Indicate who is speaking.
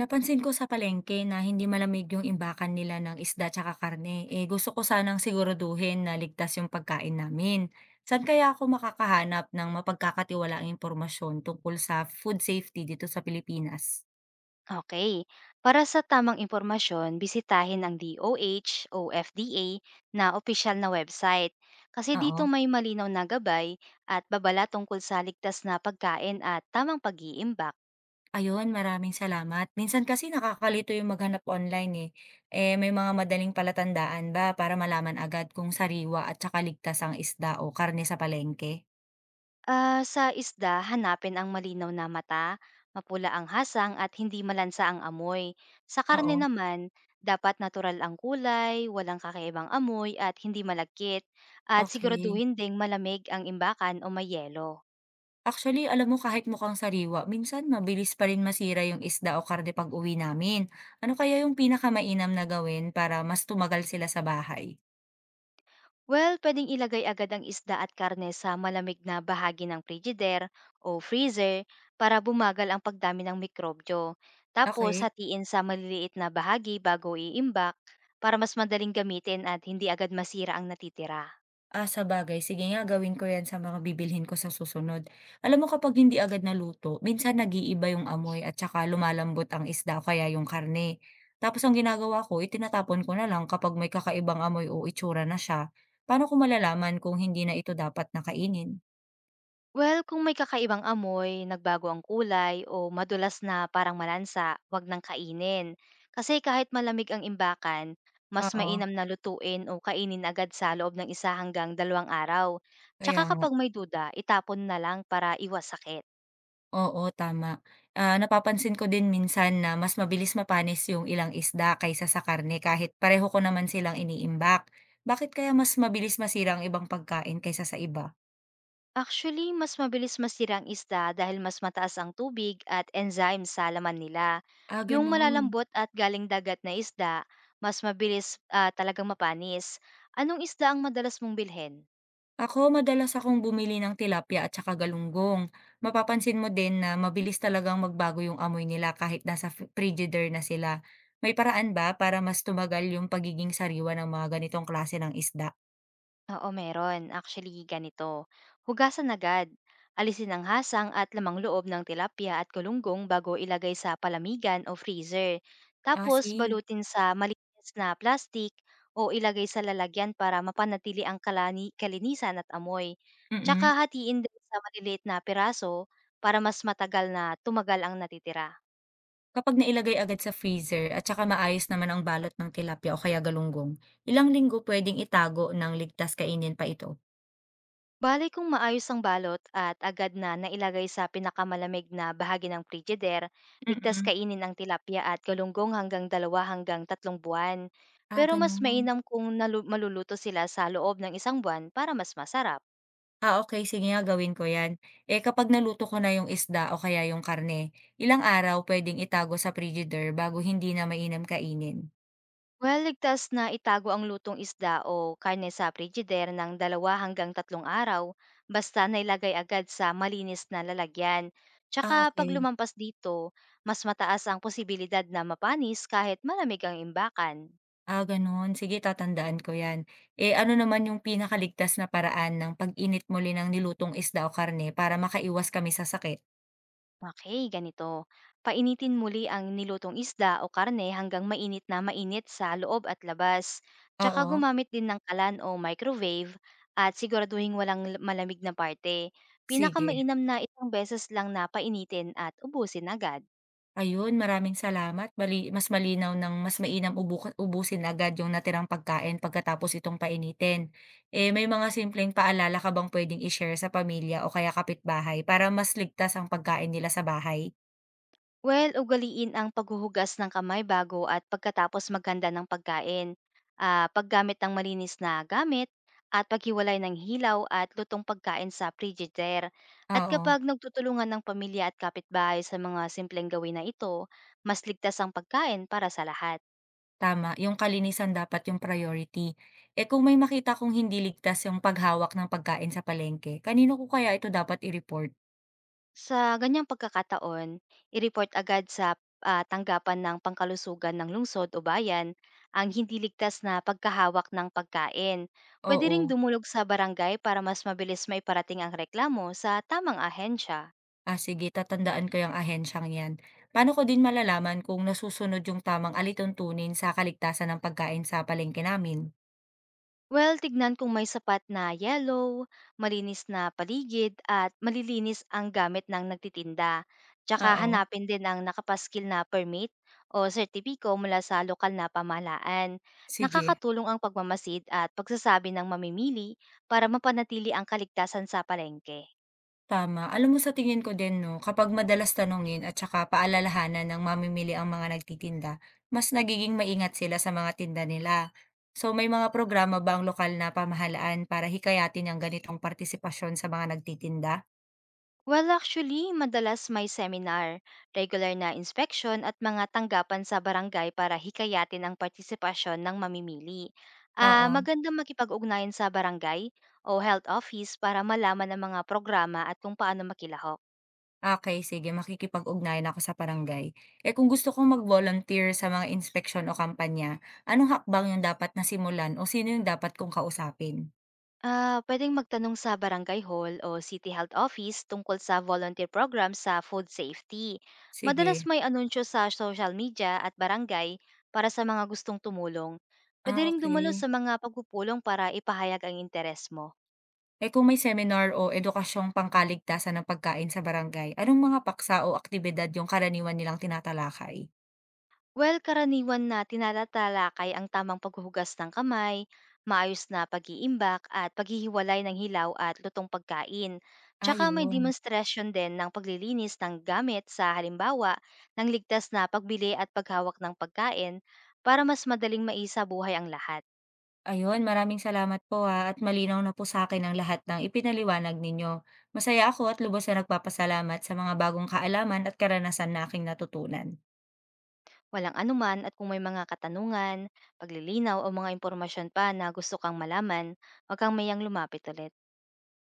Speaker 1: Napansin ko sa palengke na hindi malamig yung imbakan nila ng isda tsaka karne. Eh gusto ko sanang siguraduhin na ligtas yung pagkain namin. Saan kaya ako makakahanap ng mapagkakatiwalaang impormasyon tungkol sa food safety dito sa Pilipinas?
Speaker 2: Okay. Para sa tamang impormasyon, bisitahin ang DOH o FDA na opisyal na website kasi dito
Speaker 1: Oo.
Speaker 2: may malinaw na gabay at babala tungkol sa ligtas na pagkain at tamang pag-iimbak.
Speaker 1: Ayun, maraming salamat. Minsan kasi nakakalito yung maghanap online eh. Eh may mga madaling palatandaan ba para malaman agad kung sariwa at tsaka ligtas ang isda o karne sa palengke?
Speaker 2: Sa isda, hanapin ang malinaw na mata, mapula ang hasang at hindi malansa ang amoy. Sa karne
Speaker 1: Oo.
Speaker 2: naman, dapat natural ang kulay, walang kakaibang amoy at hindi malagkit at
Speaker 1: Okay.
Speaker 2: siguraduhin ding malamig ang imbakan o may yelo.
Speaker 1: Actually, alam mo kahit mukhang sariwa, minsan mabilis pa rin masira yung isda o karne pag-uwi namin. Ano kaya yung pinakamainam na gawin para mas tumagal sila sa bahay?
Speaker 2: Well, pwedeng ilagay agad ang isda at karne sa malamig na bahagi ng frigider o freezer para bumagal ang pagdami ng mikrobyo. Tapos
Speaker 1: Okay.
Speaker 2: hatiin sa maliliit na bahagi bago iimbak para mas madaling gamitin at hindi agad masira ang natitira.
Speaker 1: Ah, sabagay. Sige nga, gawin ko yan sa mga bibilhin ko sa susunod. Alam mo kapag hindi agad naluto, minsan nag-iiba yung amoy at saka lumalambot ang isda o kaya yung karne. Tapos ang ginagawa ko, itinatapon ko na lang kapag may kakaibang amoy o itsura na siya. Paano ko malalaman kung hindi na ito dapat nakainin?
Speaker 2: Well, kung may kakaibang amoy, nagbago ang kulay, o madulas na parang malansa, wag nang kainin. Kasi kahit malamig ang imbakan, mas
Speaker 1: Oo,
Speaker 2: mainam na lutuin o kainin agad sa loob ng isa hanggang dalawang araw. Tsaka
Speaker 1: kaya nga.
Speaker 2: kapag may duda, itapon na lang para iwas sakit.
Speaker 1: Oo, tama. Ah, napapansin ko din minsan na mas mabilis mapanis yung ilang isda kaysa sa karne kahit pareho ko naman silang iniimbak. Bakit kaya mas mabilis masira ang ibang pagkain kaysa sa iba?
Speaker 2: Actually, mas mabilis masira ang isda dahil mas mataas ang tubig at enzyme sa laman nila.
Speaker 1: Ah,
Speaker 2: Yung
Speaker 1: ganun.
Speaker 2: malalambot at galing dagat na isda, mas mabilis talagang mapanis. Anong isda ang madalas mong bilhin?
Speaker 1: Ako, madalas akong bumili ng tilapia at saka galunggong. Mapapansin mo din na mabilis talagang magbago yung amoy nila kahit nasa frigider na sila. May paraan ba para mas tumagal yung pagiging sariwa ng mga ganitong klase ng isda?
Speaker 2: Oo, meron. Actually, ganito. Hugasan agad. Alisin ang hasang at lamang loob ng tilapia at kulunggong bago ilagay sa palamigan o freezer.
Speaker 1: Ah,
Speaker 2: Tapos,
Speaker 1: si.
Speaker 2: balutin sa malinis na plastic o ilagay sa lalagyan para mapanatili ang kalani kalinisan at amoy.
Speaker 1: Mm-mm.
Speaker 2: Tsaka hatiin din sa maliliit na piraso para mas matagal na tumagal ang natitira.
Speaker 1: Kapag nailagay agad sa freezer at saka maayos naman ang balot ng tilapia o kaya galunggong, ilang linggo pwedeng itago ng ligtas kainin pa ito.
Speaker 2: Bale kung maayos ang balot at agad na nailagay sa pinakamalamig na bahagi ng frigider, ligtas
Speaker 1: Mm.
Speaker 2: kainin ang tilapia at galunggong hanggang dalawa hanggang tatlong buwan.
Speaker 1: Ah,
Speaker 2: Pero mas
Speaker 1: gano'n.
Speaker 2: mainam kung maluluto sila sa loob ng isang buwan para mas masarap.
Speaker 1: Ah, okey sige nga gawin ko 'yan. Eh, kapag naluto ko na yung isda o kaya yung karne, ilang araw pwedeng itago sa frigider bago hindi na mainam kainin?
Speaker 2: Well, ligtas na itago ang lutong isda o karne sa frigider ng dalawa hanggang tatlong araw, basta nailagay agad sa malinis na lalagyan. Tsaka
Speaker 1: Ah,
Speaker 2: pag
Speaker 1: okay.
Speaker 2: lumampas dito, mas mataas ang posibilidad na mapanis kahit malamig ang imbakan.
Speaker 1: Ah, gano'n. Sige tatandaan ko 'yan. Eh, ano naman yung pinakaligtas na paraan ng pag-init muli ng nilutong isda o karne para makaiwas kami sa sakit?
Speaker 2: Okey, ganito. Painitin muli ang nilutong isda o karne hanggang mainit na mainit sa loob at labas. Tsaka
Speaker 1: Oo,
Speaker 2: gumamit din ng kalan o microwave at siguraduhin walang malamig na parte.
Speaker 1: sige.
Speaker 2: Pinakamainam na isang beses lang na painitin at ubusin agad.
Speaker 1: Ayun, maraming salamat. Bali mas malinaw ng mas mainam ubusin agad yung natirang pagkain pagkatapos itong painitin. Eh, may mga simpleng paalala ka bang puwedeng i-share sa pamilya o kaya kapitbahay para mas ligtas ang pagkain nila sa bahay?
Speaker 2: Well, ugaliin ang paghuhugas ng kamay bago at pagkatapos maghanda ng pagkain, paggamit ng malinis na gamit, at paghiwalay ng hilaw at lutong pagkain sa frigidaire. At
Speaker 1: Oo,
Speaker 2: kapag nagtutulungan ng pamilya at kapitbahay sa mga simpleng gawin na ito, mas ligtas ang pagkain para sa lahat.
Speaker 1: tama. Yung kalinisan dapat yung priority. Eh, kung may makita kong hindi ligtas yung paghawak ng pagkain sa palengke, kanino ko kaya ito dapat i-report?
Speaker 2: Sa ganyang pagkakataon, i-report agad sa tanggapan ng pangkalusugan ng lungsod o bayan ang hindi ligtas na pagkahawak ng pagkain. Pwede ring
Speaker 1: Oo.
Speaker 2: dumulog sa barangay para mas mabilis maiparating ang reklamo sa tamang ahensya.
Speaker 1: Ah, sige tatandaan ko yung ahensyang 'yan. Paano ko din malalaman kung nasusunod yung tamang alituntunin sa kaligtasan ng pagkain sa palengke namin?
Speaker 2: Well, tignan kung may sapat na yellow, malinis na paligid at malilinis ang gamit ng nagtitinda. Tsaka
Speaker 1: Oo.
Speaker 2: hanapin din ang nakapaskil na permit o sertipiko mula sa lokal na pamahalaan.
Speaker 1: Sige,
Speaker 2: Nakakatulong ang pagmamasid at pagsasabi ng mamimili para mapanatili ang kaligtasan sa palengke.
Speaker 1: tama. Alam mo sa tingin ko din 'no, kapag madalas tanungin at saka paalalahanan ng mamimili ang mga nagtitinda, mas nagiging maingat sila sa mga tinda nila. So may mga programa ba ang lokal na pamahalaan para hikayatin ang ganitong partisipasyon sa mga nagtitinda?
Speaker 2: Well, actually, madalas may seminar, regular na inspeksyon at mga tanggapan sa barangay para hikayatin ang partisipasyon ng mamimili.
Speaker 1: Oo.
Speaker 2: Magandang makipag-ugnayan sa barangay o health office para malaman ang mga programa at kung paano makilahok.
Speaker 1: Okey, sige makikipag-ugnayan ako sa barangay. Eh, kung gusto kong mag-volunteer sa mga inspeksyon o kampanya, anong hakbang yung dapat na simulan o sino yung dapat kong kausapin?
Speaker 2: Pwedeng magtanong sa barangay hall o city health office tungkol sa volunteer program sa food safety. Madalas
Speaker 1: Sige,
Speaker 2: may anunsyo sa social media at barangay para sa mga gustong tumulong. Pwede ring dumalo sa
Speaker 1: okay.
Speaker 2: mga pagpupulong para ipahayag ang interes mo.
Speaker 1: Eh, kung may seminar o edukasyong pangkaligtasan ng pagkain sa barangay, anong mga paksa o aktibidad yung karaniwan nilang tinatalakay?
Speaker 2: Well, karaniwan na tinatatalakay ang tamang paghuhugas ng kamay, maayos na pag-iimbak at paghihiwalay ng hilaw at lutong pagkain.
Speaker 1: Ah,
Speaker 2: Tsaka may
Speaker 1: yun.
Speaker 2: demonstration din ng paglilinis ng gamit sa halimbawa ng ligtas na pagbili at paghawak ng pagkain para mas madaling maisa buhay ang lahat.
Speaker 1: Ayun, maraming salamat po, at malinaw na po sa akin ang lahat ng ipinaliwanag ninyo. Masaya ako at lubos na nagpapasalamat sa mga bagong kaalaman at karanasan na aking natutunan.
Speaker 2: Walang anuman at kung may mga katanungan, paglilinaw o mga impormasyon pa na gusto kang malaman, huwag kang mayang lumapit ulit.